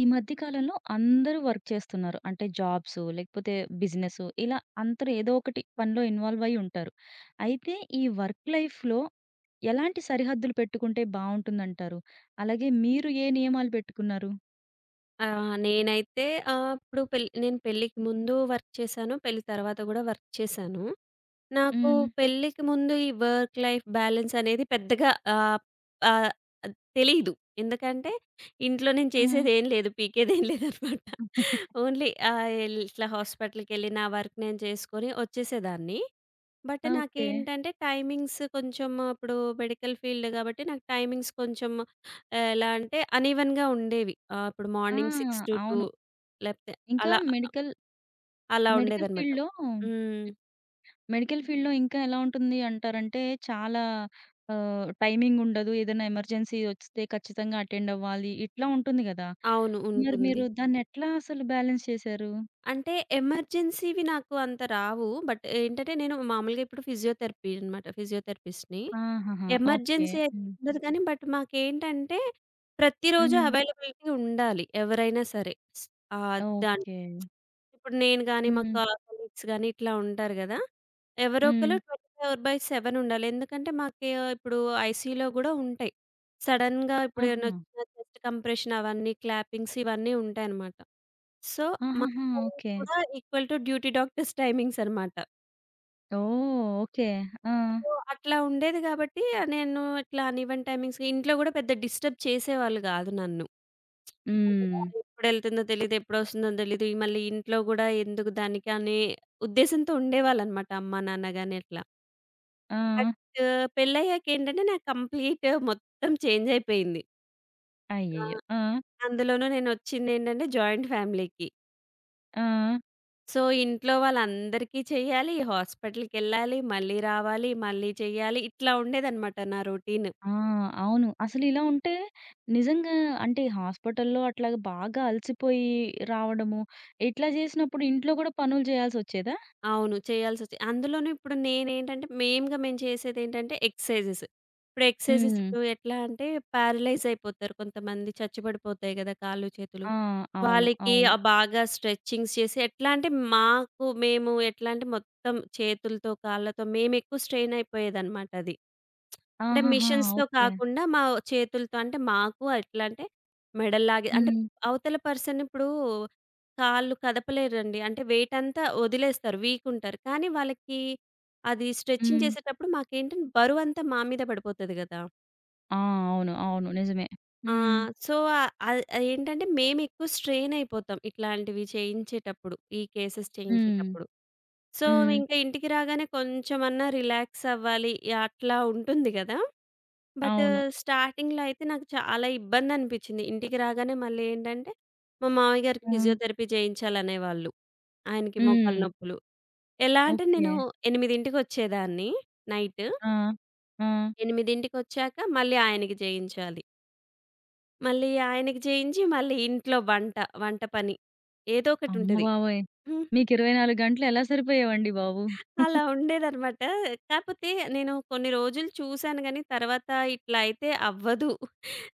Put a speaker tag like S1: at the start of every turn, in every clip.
S1: ఈ మధ్య కాలంలో అందరూ వర్క్ చేస్తున్నారు. అంటే జాబ్స్ లేకపోతే బిజినెస్ ఇలా అందరూ ఏదో ఒకటి పనిలో ఇన్వాల్వ్ అయ్యి ఉంటారు. అయితే ఈ వర్క్ లైఫ్‌లో ఎలాంటి సరిహద్దులు పెట్టుకుంటే బావుంటుందంటారు? అలాగే మీరు ఏ నియమాలు పెట్టుకున్నారు?
S2: ఆ! నేనైతే ఇప్పుడు నేను పెళ్ళికి ముందు వర్క్ చేశాను. పెళ్లి తర్వాత గూడా వర్క్ చేశాను. నాకు
S1: హ్మ్.
S2: పెళ్ళికి ముందు ఈ వర్క్ లైఫ్ బ్యాలెన్స్ అనేది పెద్దగా ఆహ్, ఆహ్, తెలీదు. ఎందుకంటే ఇంట్లో నేను
S1: ఆ!
S2: చేసేదేం లేదు. పీకేదేం లేదనమాట. ఓన్లీ ఆహ్, ఎల్ ఇట్లా హాస్పిటల్‌కెళ్ళి నా వర్క్ నేను చేసుకొని వచ్చేసేదాన్ని. But
S1: okay.
S2: నాకేంటంటే టైమింగ్స్ కొంచెం అప్పుడు మెడికల్ ఫీల్డ్ కాబట్టి నాకు టైమింగ్స్ కొంచెం ఎలా అంటే అన్‌ఈవెన్‌గా ఉండేవి. ఇప్పుడు
S1: ఆ!
S2: మార్నింగ్ 6-2
S1: అవును.
S2: లేపోతే
S1: ఇంకా
S2: అలా
S1: మెడికల్,
S2: అలా
S1: మెడికల్
S2: ఉండేదనమాట.
S1: ఫీల్డ్‌లో
S2: హ్మ్.
S1: మెడికల్ ఫీల్డ్‌లో ఇంకా ఎలా ఉంటుంది అంటారంటే చాలా టైమింగ్ ఉండదు. ఏదైనా ఎమర్జెన్సీ వస్తే ఖచ్చితంగా అటెండ్ అవ్వాలి. ఇట్లా ఉంటుంది గదా!
S2: అవును.
S1: మరి
S2: ఉంటుంది.
S1: మీరు దాన్నెట్లా అసలు బ్యాలెన్స్ చేశారు?
S2: అంటే ఎమర్జెన్సీవి నాకు అంత రావు. బట్ ఏంటంటే నేను మామూలుగా ఇప్పుడు ఫిజియోథెరపీ అనమాట. ఫిజియోథెరపిస్ట్‌ని.
S1: ఆహాహా! ఓకే.
S2: ఎమర్జెన్సీ అయితే
S1: హ్మ్.
S2: ఉండదు కానీ బట్ మాకేంటంటే ప్రతిరోజు
S1: హ్మ్.
S2: అవైలబిలిటీ ఉండాలి ఎవరైనా సరే. స్ ఆహ్, దాన్
S1: ఓకే.
S2: ఇప్పుడు నేను గాని మా
S1: హ్మ్.
S2: కా కొలీగ్స్ గాని ఇట్లా ఉంటారు గదా! ఎవరో
S1: హ్మ్.
S2: ఒకళ్ళు 24/7 ఉండాలి. ఎందుకంటే మాకు ఇప్పుడు ఐసీయూలో గూడా ఉంటాయి. సడెన్‌గా ఇప్పుడు ఏమన్నా
S1: ఆహా!
S2: వచ్చిన చెస్ట్ కంప్రెషన్ అవన్నీ క్లాపింగ్స్ ఇవన్నీ ఉంటాయన్నమాట. సో, మా
S1: ఆహాహా!
S2: Timings
S1: okay.
S2: కూడా equal to duty doctors timings అనమాట.
S1: ఓహ్! ఓకే. ఆ!
S2: సో, అట్లా ఉండేది కాబట్టి నేను ఇట్లా అన్‌ఈవెన్ టైమింగ్స్ ఇంట్లో గూడా పెద్ద డిస్టర్బ్ చేసేవాళ్ళు గాదు నన్ను. అంటే
S1: హ్మ్.
S2: ఎప్పుడెళ్తుందో తెలీదు, ఎప్పుడొస్తుందో తెలీదు, ఈ మళ్ళీ ఇంట్లో గూడా ఎందుకు దానికి అనే ఉద్దేశంతో ఉండేవాళ్ళనమాట అమ్మ, నాన్న గాని అట్లా.
S1: ఆ!
S2: బట్ పెళ్ళయ్యాకేంటంటే నాకు కంప్లీట్ మొత్తం చేంజ్ అయిపోయింది. ఆ!
S1: అయ్యయ్యో! ఆ!
S2: అందులోనూ నేనొచ్చిందేంటంటే జాయింట్ ఫ్యామిలీకి.
S1: ఆ!
S2: సో, ఇంట్లో వాళ్ళందరికీ చెయ్యాలి, హాస్పిటల్‌కెళ్ళాలి, మళ్ళీ రావాలి, మళ్ళీ చెయ్యాలి. ఇట్లా ఉండేదనమాట నా రొటీన్.
S1: ఆ! అవును. అసలిలా ఉంటే నిజంగా అంటే హాస్పిటల్‌లో అట్లాగా బాగా అలసిపోయి రావడము, ఇట్లా చేసినప్పుడు ఇంట్లో కూడా పనులు చేయాల్సొచ్చేదా?
S2: అవును. చేయాల్సొచ్చి అందులోనూ ఇప్పుడు నేనేంటంటే, మెయిన్‌గా మేము చేసేదేంటంటే ఎక్సర్సైజెస్.
S1: హ్మ్.
S2: ఇప్పుడు ఎట్లా అంటే పారలైజ్ అయిపోతారు కొంతమంది. చచ్చుబడిపోతాయి గదా! కాళ్ళు, చేతులు.
S1: ఆ! అవును.
S2: వాళ్ళకి
S1: అవును.
S2: బాగా స్ట్రెచింగ్స్ చేసి ఎట్లా అంటే మాకు మేము ఎట్లా అంటే మొత్తం చేతులతో, కాళ్ళతో మేమెక్కువ స్ట్రెయిన్ అయిపోయేదనమాట అది. అంటే
S1: ఆహాహా!
S2: మిషన్స్‌తో
S1: ఓకే.
S2: కాకుండా మా చేతులతో అంటే మాకు ఎట్లా అంటే మెడల్లాగే అంటే
S1: హ్మ్.
S2: అవతల పర్సన్ ఇప్పుడు కాళ్ళు కదపలేరండి. అంటే వెయిటంతా వదిలేస్తారు. వీకుంటారు. కానీ వాళ్ళకి అది స్ట్రెచింగ్
S1: హ్మ్.
S2: చేసేటప్పుడు మాకేంటంటే బరువంతా మా మీద పడిపోతది గదా!
S1: ఆ! అవును. అవును. నిజమే.
S2: ఆ!
S1: హ్మ్.
S2: సో, ఆహ్, ఏంటంటే మేమెక్కువ స్ట్రెయినయిపోతాం ఇట్లాంటివి చేయించేటప్పుడు. ఈ కేసెస్
S1: హ్మ్.
S2: చేయించేటప్పుడు. సో,
S1: హ్మ్.
S2: ఇంక ఇంటికి రాగానే కొంచెమన్నా రిలాక్స్ అవ్వాలి అట్లా ఉంటుంది గదా! బట్
S1: అవును.
S2: స్టార్టింగ్‌లో అయితే నాకు చాలా ఇబ్బందనిపిచ్చింది. ఇంటికి రాగానే మళ్ళీ ఏంటంటే మా మామయ్య గారికి
S1: హ్మ్.
S2: ఫిజియోథెరపీ చేయించాలనేవాళ్ళు. ఆయనకి మోకాళ్ళ
S1: హ్మ్.
S2: నొప్పులు. ఎలా అంటే
S1: ఓకే.
S2: నేను 8కి వచ్చేదాన్ని నైట్.
S1: ఆ! ఆ!
S2: 8కి వచ్చాక మళ్ళీ ఆయనకి చేయించాలి. మళ్ళీ ఆయనకి చేయించి, మళ్ళీ ఇంట్లో వంట పని ఏదో
S1: అమ్మ
S2: ఒకటుంటది.
S1: బాబోయ్!
S2: హ్మ్.
S1: మీకు 24 గంటలు ఎలా సరిపోయేవండి బాబు?
S2: అలా ఉండేదనమాట. కాపోతే నేను కొన్ని రోజులు చూసాను గానీ, తర్వాత ఇట్లా అయితే అవ్వదు.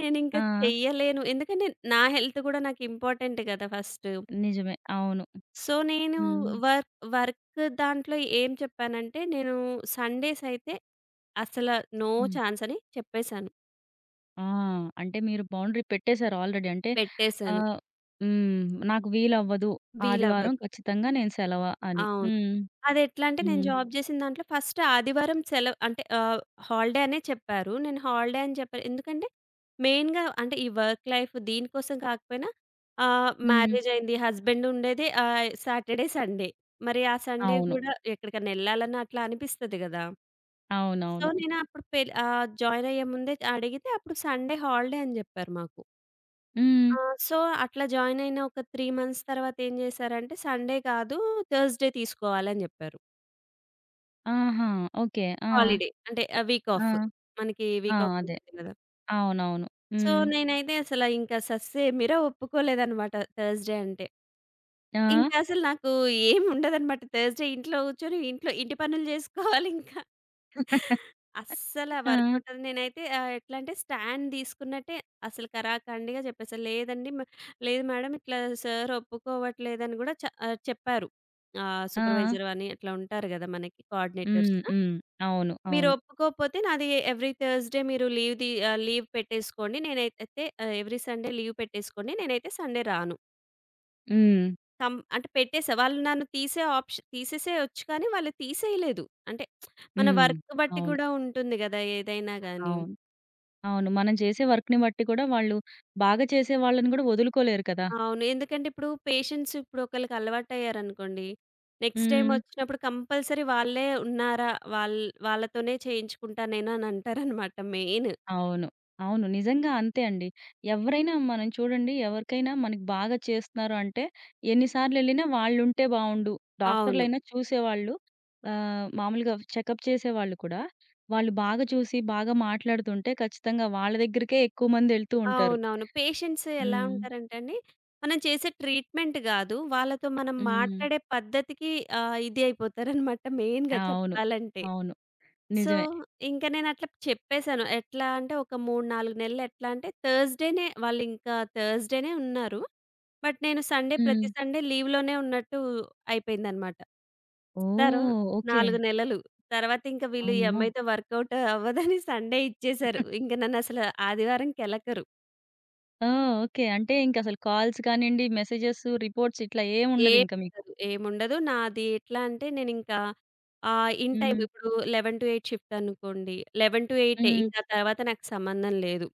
S2: నేనింక
S1: ఆ!
S2: చెయ్యలేను. ఎందుకంటే, నా హెల్త్ గూడా నాకు ఇంపార్టెంట్ గదా! ఫస్ట్.
S1: నిజమే. అవును.
S2: సో, నేను
S1: హ్మ్.
S2: వర్క్ వర్క్ దాంట్లో ఏం చెప్పానంటే, నేను సండేస్ అయితే అసల నో
S1: హ్మ్.
S2: ఛాన్స్ అని చెప్పేసాను.
S1: ఆ! అంటే మీరు బౌండరీ పెట్టేసారు ఆల్రెడీ. అంటే
S2: పెట్టేసాను.
S1: ఆహ్, హ్మ్. నాకు వీలవ్వదు. ఆదివారం
S2: వీలవ్వదు.
S1: ఖచ్చితంగా నేను సెలవ అని.
S2: అవును.
S1: హ్మ్.
S2: అదెట్లా అంటే నేను
S1: హ్మ్.
S2: జాబ్ చేసిన దాంట్లో ఫస్ట్ ఆదివారం సెలవు అంటే హాలిడే అనే చెప్పారు. నేను హాలిడే అని చెప్పాను. ఎందుకంటే మెయిన్‌గా అంటే ఈ వర్క్ లైఫ్ దీనికోసం కాకపోయినా
S1: హ్మ్.
S2: మ్యారేజ్ అయింది. హస్బెండ్ ఉండేదే సాటర్డే, సండే. మరి ఆ సండే
S1: అవును.
S2: కూడా ఎక్కడికైనా ఎళ్ళాలన్నా అట్లా అనిపిస్తది గదా! సో,
S1: అవునవును.
S2: నేను అప్పుడు జాయిన్ అయ్యే ముందే అడిగితే అప్పుడు సండే హాలిడే అని జెప్పారు మాకు.
S1: హ్మ్.
S2: ఆ! సో, అట్లా జాయిన్ అయిన ఒక 3 మంత్స్ తర్వాత ఏం జేశారంటే, సండే కాదు థర్స్‌డే తీసుకోవాలని జెప్పారు.
S1: ఆహా! ఓకే. ఆ!
S2: హాలిడే అంటే వీక్
S1: ఆ!
S2: ఆఫ్. మనకి
S1: ఆ!
S2: వీక్ ఆఫ్
S1: అదే.
S2: ఉంటుంది గదా!
S1: అవునవును.
S2: సో,
S1: హ్మ్.
S2: నేనైతే అసల ఇంకా సస్సేమిరా ఒప్పుకోలేదనమాట థర్స్‌డే అంటే.
S1: ఆ!
S2: ఇంకసలు నాకు ఏం ఉండదనమాట. థర్స్‌డే ఇంట్లో గూర్చొని ఇంట్లో ఇంటి పనులు జేసుకోవాలి ఇంకా. అస్సల
S1: ఆ!
S2: వర్కౌట్ అది నేనైతే ఎట్లా అంటే స్టాండ్ తీసుకున్నట్టే అసలు ఖరాఖండిగా చెప్పేసా. లేదండి మ లేదు మేడం ఇట్లా సార్ ఒప్పుకోవట్లేదని గూడా చెప్పారు.
S1: ఆ!
S2: సూపర్వైజర్ అని అట్లా ఉంటారు గదా! మనకి కోఆర్డినేటర్స్.
S1: హ్మ్. హ్మ్. అవును.
S2: మీరు
S1: అవును.
S2: ఒప్పుకోకపోతే నాది ఎవ్రీ థర్స్‌డే మీరు లీవ్ పెట్టేసుకోండి. నేనైతే ఎవ్రీ సండే లీవ్ పెట్టేసుకోండి. నేనైతే సండే రాను.
S1: హ్మ్.
S2: కం అంటే పెట్టేసా. వాళ్ళు నన్ను తీసే ఆప్షన్ తీసేసేయొచ్చు కానీ వాళ్ళు తీసేయలేదు. అంటే మన
S1: హ్మ్.
S2: వర్క్ బట్టి
S1: అవును.
S2: కూడా ఉంటుంది గదా! ఏదైనా గాని.
S1: అవును. అవును. మనం చేసే వర్క్‌ని బట్టి కూడా వాళ్ళు బాగా చేసే వాళ్ళని కూడా వదులుకోలేరు కదా!
S2: అవును. ఎందుకంటే ఇప్పుడు పేషెంట్స్ ఇప్పుడు ఒకళ్ళకి అలవాటయ్యారనుకోండి. నెక్స్ట్ టైమ్
S1: హ్మ్.
S2: వచ్చినప్పుడు కంపల్సరీ వాళ్ళే ఉన్నారా? వాళ్ వాళ్ళతోనే చేయించుకుంటా నేను అని అంటారనమాట మెయిన్.
S1: అవును. అవును. నిజంగా అంతే అండి. ఎవరైనా మనం చూడండి ఎవరికైనా మనకి బాగా చేస్తున్నారు అంటే ఎన్ని సార్లెళ్ళినా వాళ్ళుంటే బావుండు.
S2: అవును.
S1: డాక్టర్‌లైనా చూసేవాళ్ళు మామూలుగా చెకప్ చేసేవాళ్ళు కూడా వాళ్ళు బాగా చూసి, బాగా మాట్లాడుతుంటే ఖచ్చితంగా వాళ్ళ దగ్గరికే ఎక్కువ మందెళ్తూ ఉంటారు.
S2: అవునవును. పేషెంట్స్ ఎలా
S1: హ్మ్.
S2: ఉంటారంటే అండి, మనం చేసే ట్రీట్మెంట్ గాదు. వాళ్ళతో మనం
S1: హ్మ్.
S2: మాట్లాడే పద్ధతికి ఇది అయిపోతారనమాట మెయిన్‌గా
S1: అవును.
S2: చెప్పాలంటే.
S1: అవును.
S2: సో,
S1: నిజమే.
S2: ఇంక నేనట్లా చెప్పేసాను. ఎట్లా అంటే ఒక 3, 4 నెలలు ఎట్లా అంటే వాళ్ళింకా థర్స్‌డేనే ఉన్నారు. బట్ నేను
S1: హ్మ్.
S2: ప్రతి సండే లీవ్‌లోనే ఉన్నట్టు అయిపోయిందనమాట. తర్వా
S1: ఓహ్! ఓకే.
S2: 4 నెలలు. తర్వాతింక వీళ్ళు ఈ
S1: అమ్మో!
S2: అమ్మాయితో వర్కౌట్ అవ్వదని సండే ఇచ్చేసారు. ఇంక నన్నసల ఆదివారంకెలకరు.
S1: ఆ! ఓకే. అంటే ఇంకసలు కాల్స్ కానియండి, మెసేజెస్, రిపోర్ట్స్ ఇట్లా ఏముండదింక మీకు.
S2: ఏముండదు. నాది ఎట్లా అంటే నేనింకా ఇన్ టైమ్
S1: హ్మ్.
S2: ఇప్పుడు 11-8 షిఫ్ట్ అనుకోండి. 11-8
S1: హ్మ్.
S2: ఇంక ఆ తర్వాత నాకు సంబంధం లేదు.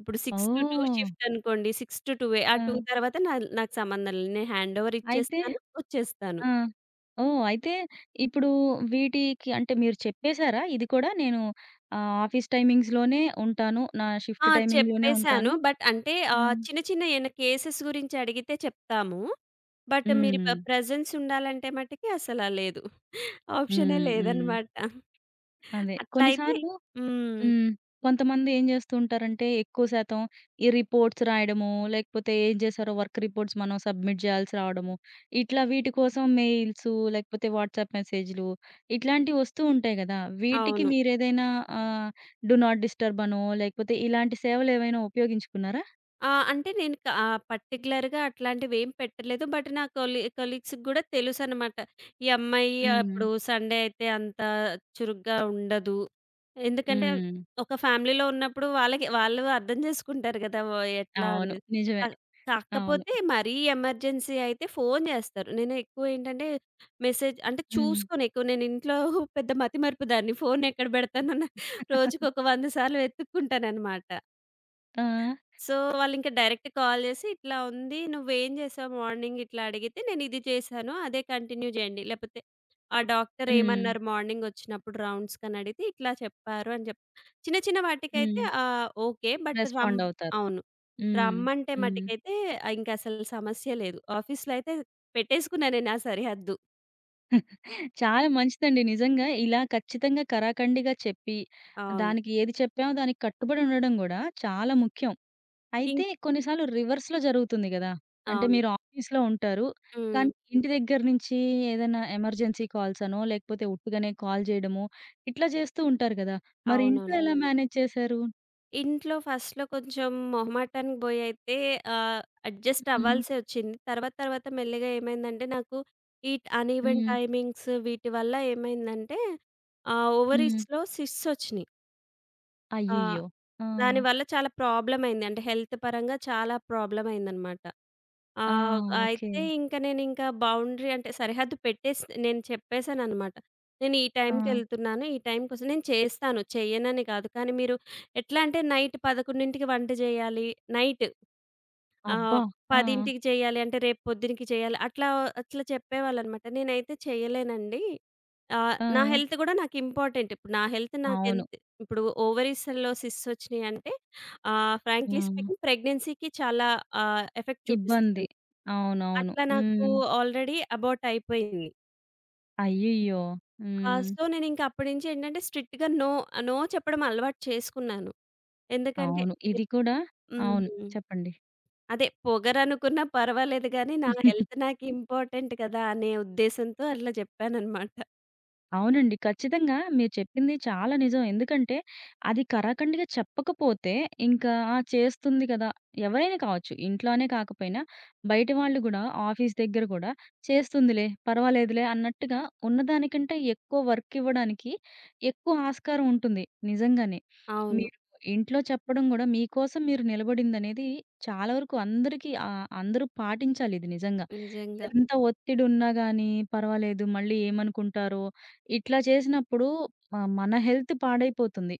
S2: ఇప్పుడు 6-2
S1: ఓహ్!
S2: షిఫ్ట్ అనుకోండి. 6-2 ఆ
S1: ఆ!
S2: 2 తర్వాత నాకు సంబంధం లేదు. నేను హ్యాండోవర్
S1: అయితే
S2: ఇచ్చేస్తాను. వచ్చేస్తాను.
S1: ఆ! ఓహ్! అయితే ఇప్పుడు వీటికి అంటే మీరు చెప్పేసారా? ఇది కూడా నేను ఆఫీస్ టైమింగ్స్‌లోనే ఉంటాను. నా షిఫ్ట్
S2: ఆ!
S1: టైమింగ్‌లోనే
S2: చెప్పేసాను.
S1: ఉంటాను.
S2: బట్ అంటే
S1: హ్మ్.
S2: చిన్న చిన్న ఏమైనా కేసెస్ గురించి అడిగితే చెప్తాము. బట్ మీరు
S1: హ్మ్.
S2: ప్రెజెన్స్ ఉండాలంటే మటికి అసలా లేదు. ఆప్షనే
S1: హ్మ్. హ్మ్.
S2: లేదనమాట.
S1: అదే
S2: అట్లా అయితే
S1: కొన్నిసార్లు
S2: హ్మ్.
S1: హ్మ్. కొంతమంది ఏం జేస్తూ ఉంటారంటే, ఎక్కువ శాతం ఈ రిపోర్ట్స్ రాయడము, లేకపోతే ఏం జేశారో వర్క్ రిపోర్ట్స్ మనం సబ్మిట్ జేయాల్సి రావడము, ఇట్లా వీటి కోసం మెయిల్సు, లేకపోతే వాట్సాప్ మెసేజ్‌లు ఇట్లాంటివి వస్తూ ఉంటాయి గదా! వీటికి
S2: అవును.
S1: మీరేదైనా ఆహ్, డు నాట్ డిస్టర్బ్ అనో, లేకపోతే ఇలాంటి సేవలేవైనా ఉపయోగించుకున్నారా?
S2: ఆ! అంటే నేను పర్టిక్యులర్‌గా అట్లాంటివేం పెట్టలేదు. బట్ నా కొలీగ్స్‌కి గూడా తెలుసనమాట. ఈ అమ్మాయి
S1: హ్మ్.
S2: ఇప్పుడు సండే అయితే అంత చురుగ్గా ఉండదు. ఎందుకంటే
S1: హ్మ్.
S2: ఒక ఫ్యామిలీలో ఉన్నప్పుడు వాళ్ళకి వాళ్ళు అర్థం జేసుకుంటారు గదా! ఎట్లా
S1: అవును.
S2: అనేది.
S1: నిజమే.
S2: కా
S1: అవును.
S2: కాకపోతే మరీ ఎమర్జెన్సీ అయితే ఫోను జేస్తారు. నేను ఎక్కువేంటంటే మెసేజ్ అంటే
S1: హ్మ్.
S2: చూసుకోను ఎక్కువ. నేను ఇంట్లో పెద్ద మతిమరుపు దాన్ని. ఫోనెక్కడ బెడతానన్న రోజుకొక 100 సార్లు వెతుక్కుంటాననమాట.
S1: ఆ!
S2: సో, వాళ్ళింక డైరెక్ట్ కాల్ జేసి, "ఇట్లా ఉంది. నువ్వేం జేసావు మార్నింగ్?" ఇట్లా అడిగితే, "నేనిది చేశాను. అదే కంటిన్యూ జేయండి." లేపోతే, "ఆ డాక్టర్
S1: హ్మ్.
S2: ఏమన్నారు మార్నింగ్ ఒచ్చినప్పుడు రౌండ్స్‌కని" అడిగితే, "ఇట్లా చెప్పారు" అని చిన్న చిన్న వాటికైతే
S1: హ్మ్.
S2: ఓకే. బట్ రమ్
S1: రెస్పాండ్ అవుతారు.
S2: అవును.
S1: హ్మ్.
S2: రమ్మంటే
S1: హ్మ్.
S2: మటికైతే ఇంకసలు సమస్య లేదు. ఆఫీస్‌లో అయితే పెట్టేసుకున్నా నేను ఆ సరిహద్దు.
S1: చాలా మంచిదండి. నిజంగా ఇలా ఖచ్చితంగా కరాకండిగా చెప్పి,
S2: అవును.
S1: దానికి ఏది చెప్పామో దానికి కట్టుబడి ఉండడం గూడా చాలా ముఖ్యం.
S2: ఇం
S1: అయితే కొన్నిసార్లు రివర్స్‌లో జరుగుతుంది గదా! అంటే
S2: అవును.
S1: మీరు ఆఫీస్‌లో ఉంటారు.
S2: హ్మ్.
S1: కానీ ఇంటి దగ్గర నుంచి ఏదైనా ఎమర్జెన్సీ కాల్స్ అనో, లేకపోతే ఉట్టుగానే కాల్ జేయడమో ఇట్లా జేస్తూ ఉంటారు గదా! మరి ఇంట్లో
S2: అవునవును.
S1: ఎలా అవును. మేనేజ్ చేశారు?
S2: ఇంట్లో ఫస్ట్‌లో కొంచెం మొహమాటానికి బోయి అయితే ఆహ్, అడ్జస్ట్
S1: హ్మ్.
S2: అవ్వాల్సే వచ్చింది. తర్వాత తర్వాత మెల్లిగా ఏమైందంటే నాకు ఈ అన్‌ఈవెన్
S1: హ్మ్.
S2: టైమింగ్స్ వీటి వల్ల ఏమైందంటే
S1: హ్మ్.
S2: ఓవరీస్‌లో సిస్ట్స్ వచ్చినియి. ఆహ్,
S1: అయ్యయ్యో! ఆ!
S2: దానివల్ల చాలా ప్రాబ్లమ్ అయింది. అంటే హెల్త్ పరంగా చాలా ప్రాబ్లమ్ అయిందనమాట. ఆ!
S1: ఆ! ఓకే.
S2: అయితే ఇంక నేనింకా బౌండరీ అంటే సరిహద్దు పెట్టేసి నేను చెప్పేసాననమాట. నేను ఈ
S1: ఆ!
S2: టైంకెళ్తున్నాను. ఈ టైంకొస్తా నేను చేస్తాను. చెయ్యనని కాదు. కానీ మీరు ఎట్లా అంటే నైట్ 11కి వంట జేయాలి. నైట్
S1: అబ్బా!
S2: ఆహ్,
S1: ఆ!
S2: 10కి చేయాలి అంటే రేపు పొద్దునకి చేయాలి. అట్లా అట్లా చెప్పేవాళ్ళనమాట. నేనైతే చేయలేనండి.
S1: ఆ!
S2: నా హెల్త్ గూడా నాకు ఇంపార్టెంట్. ఇప్పుడు నా హెల్త్
S1: అవును.
S2: నాకెంత ఇప్పుడు ఓవరీస్‌లో సిస్ట్స్ వచ్చినియంటే ఫ్రాంక్లీ
S1: ఆ!
S2: స్పీకింగ్ ప్రెగ్నెన్సీకి చాలా ఎఫెక్ట్
S1: ఇబ్బంది.
S2: చూపిస్తది.
S1: అవునవును.
S2: అట్లా నాకు
S1: హ్మ్.
S2: ఆల్రెడీ అబౌట్ అయిపోయింది.
S1: అయ్యయ్యో! హ్మ్.
S2: సో, నేనింక అప్పటి నుంచి ఏంటంటే స్ట్రిక్ట్‌గా నో చెప్పడం అలవాటు చేసుకున్నాను. ఎందుకంటే
S1: అవును. ఇది కూడా అవును.
S2: హ్మ్.
S1: చెప్పండి.
S2: అదే పొగరనుకున్నా పర్వాలేదు గానీ, నా హెల్త్ నాకు ఇంపార్టెంట్ కదా! అనే ఉద్దేశంతో అట్లా చెప్పాననమాట.
S1: అవునండి. ఖచ్చితంగా మీరు చెప్పింది చాలా నిజం. ఎందుకంటే అది కరాకండిగా చెప్పకపోతే ఇంకా ఆ! చేస్తుంది కదా! ఎవరైనా కావచ్చు. ఇంట్లోనే కాకపోయినా బయట వాళ్ళు గూడా ఆఫీస్ దగ్గర గూడా చేస్తుందిలే, పర్వాలేదులే అన్నట్టుగా ఉన్నదానికంటే ఎక్కువ వర్క్ ఇవ్వడానికి ఎక్కువ ఆస్కారం ఉంటుంది నిజంగానే.
S2: అవును.
S1: మీరు ఇంట్లో చెప్పడం గూడా మీకోసం మీరు నిలబడిందనేది చాలా వరకు అందరికీ అందరూ పాటించాలి ఇది నిజంగా.
S2: నిజంగా.
S1: ఎంత ఒత్తిడున్నా గానీ పర్వాలేదు. మళ్ళీ ఏమనుకుంటారో, ఇట్లా చేసినప్పుడు మన హెల్త్ పాడైపోతుంది.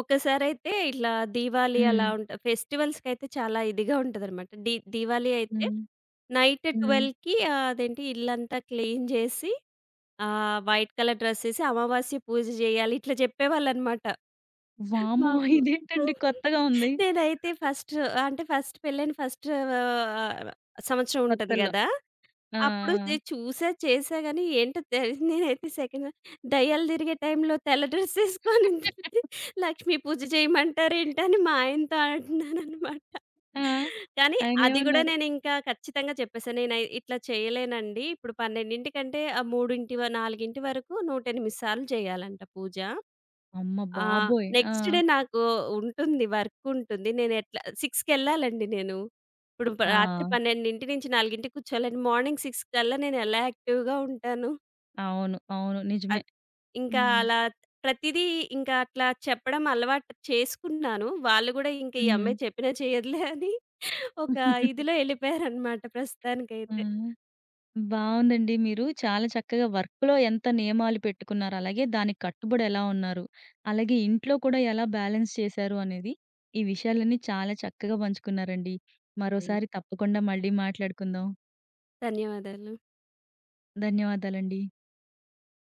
S2: ఒకసారయితే ఇట్లా దీవాళి అలా
S1: హ్మ్.
S2: ఉంట ఫెస్టివల్స్‌కయితే చాలా ఇదిగా ఉంటదనమాట. దీవాళి అయితే
S1: హ్మ్.
S2: నైట్
S1: హ్మ్.
S2: 12కి అదేంటి ఇల్లంతా క్లీన్ జేసి ఆ! వైట్ కలర్ డ్రెసేసి అమావాస్య పూజ జేయాలి. ఇట్లా జెప్పేవాళ్ళనమాట
S1: వామ్మో!
S2: మాకు.
S1: ఇదేంటండి కొత్తగా ఉంది.
S2: నేనైతే ఫస్ట్ అంటే పెళ్ళైన ఫస్ట్ సంవత్సరం ఉంటది
S1: కొత్తల్లో.
S2: గదా!
S1: ఆ!
S2: అప్పుడు నేను చూసా, చేశా గానీ ఏంటో తెలీదు. నేనైతే సెకండ్ దెయ్యాలు తిరిగే టైంలో తెల్ల డ్రెస్సేసుకొని లక్ష్మీ పూజ చేయమంటారేంటి అని మా ఆయనతో అంటున్నాననమాట.
S1: ఆ! ఆ!
S2: కానీ అది గూడా
S1: ఆయనేమన్నారు?
S2: నేనింకా ఖచ్చితంగా చెప్పేసా. నేనై ఇట్లా చేయలేనండి. ఇప్పుడు 12 కంటే 3, 4 వరకు 108 సార్లు చేయాలంట పూజ.
S1: అమ్మ
S2: ఆ!
S1: బాబోయ్! ఆ!
S2: నెక్స్ట్ డే నాకు ఉంటుంది. వర్క్ ఉంటుంది. నేను ఎట్లా 6కెళ్ళాలండి నేను. ఇప్పుడు రాత్రి
S1: ఆ!
S2: 12 నుంచి 4కి కూర్చోవాలని మార్నింగ్ 6 కల్లా నేను ఎలా యాక్టివ్‌గా ఉంటాను.
S1: అవును. అవును. నిజమే.
S2: అద్ ఇంకా
S1: హ్మ్.
S2: అలా ప్రతిదీ ఇంకా అట్లా చెప్పడం అలవాటు చేసుకున్నాను. వాళ్ళు గూడా ఇంక ఈ
S1: హ్మ్.
S2: అమ్మాయి చెప్పినా చేయదులే అని ఒక ఇదిలో ఎళ్ళిపోయారనమాట
S1: ఆ!
S2: ప్రస్తుతానికైతే.
S1: బావుందండి. మీరు చాలా చక్కగా వర్క్‌లో ఎంత నియమాలు పెట్టుకున్నారు, అలాగే దానికి కట్టుబడి ఎలా ఉన్నారు, అలాగే ఇంట్లో కూడా ఎలా బ్యాలెన్స్ చేశారు అనేది, ఈ విషయాలన్నీ చాలా చక్కగా పంచుకున్నారండి.
S2: అయి
S1: మరోసారి తప్పకుండా మళ్ళీ మాట్లాడుకుందాం.
S2: ధన్యవాదాలు.
S1: ధన్యవాదాలండి.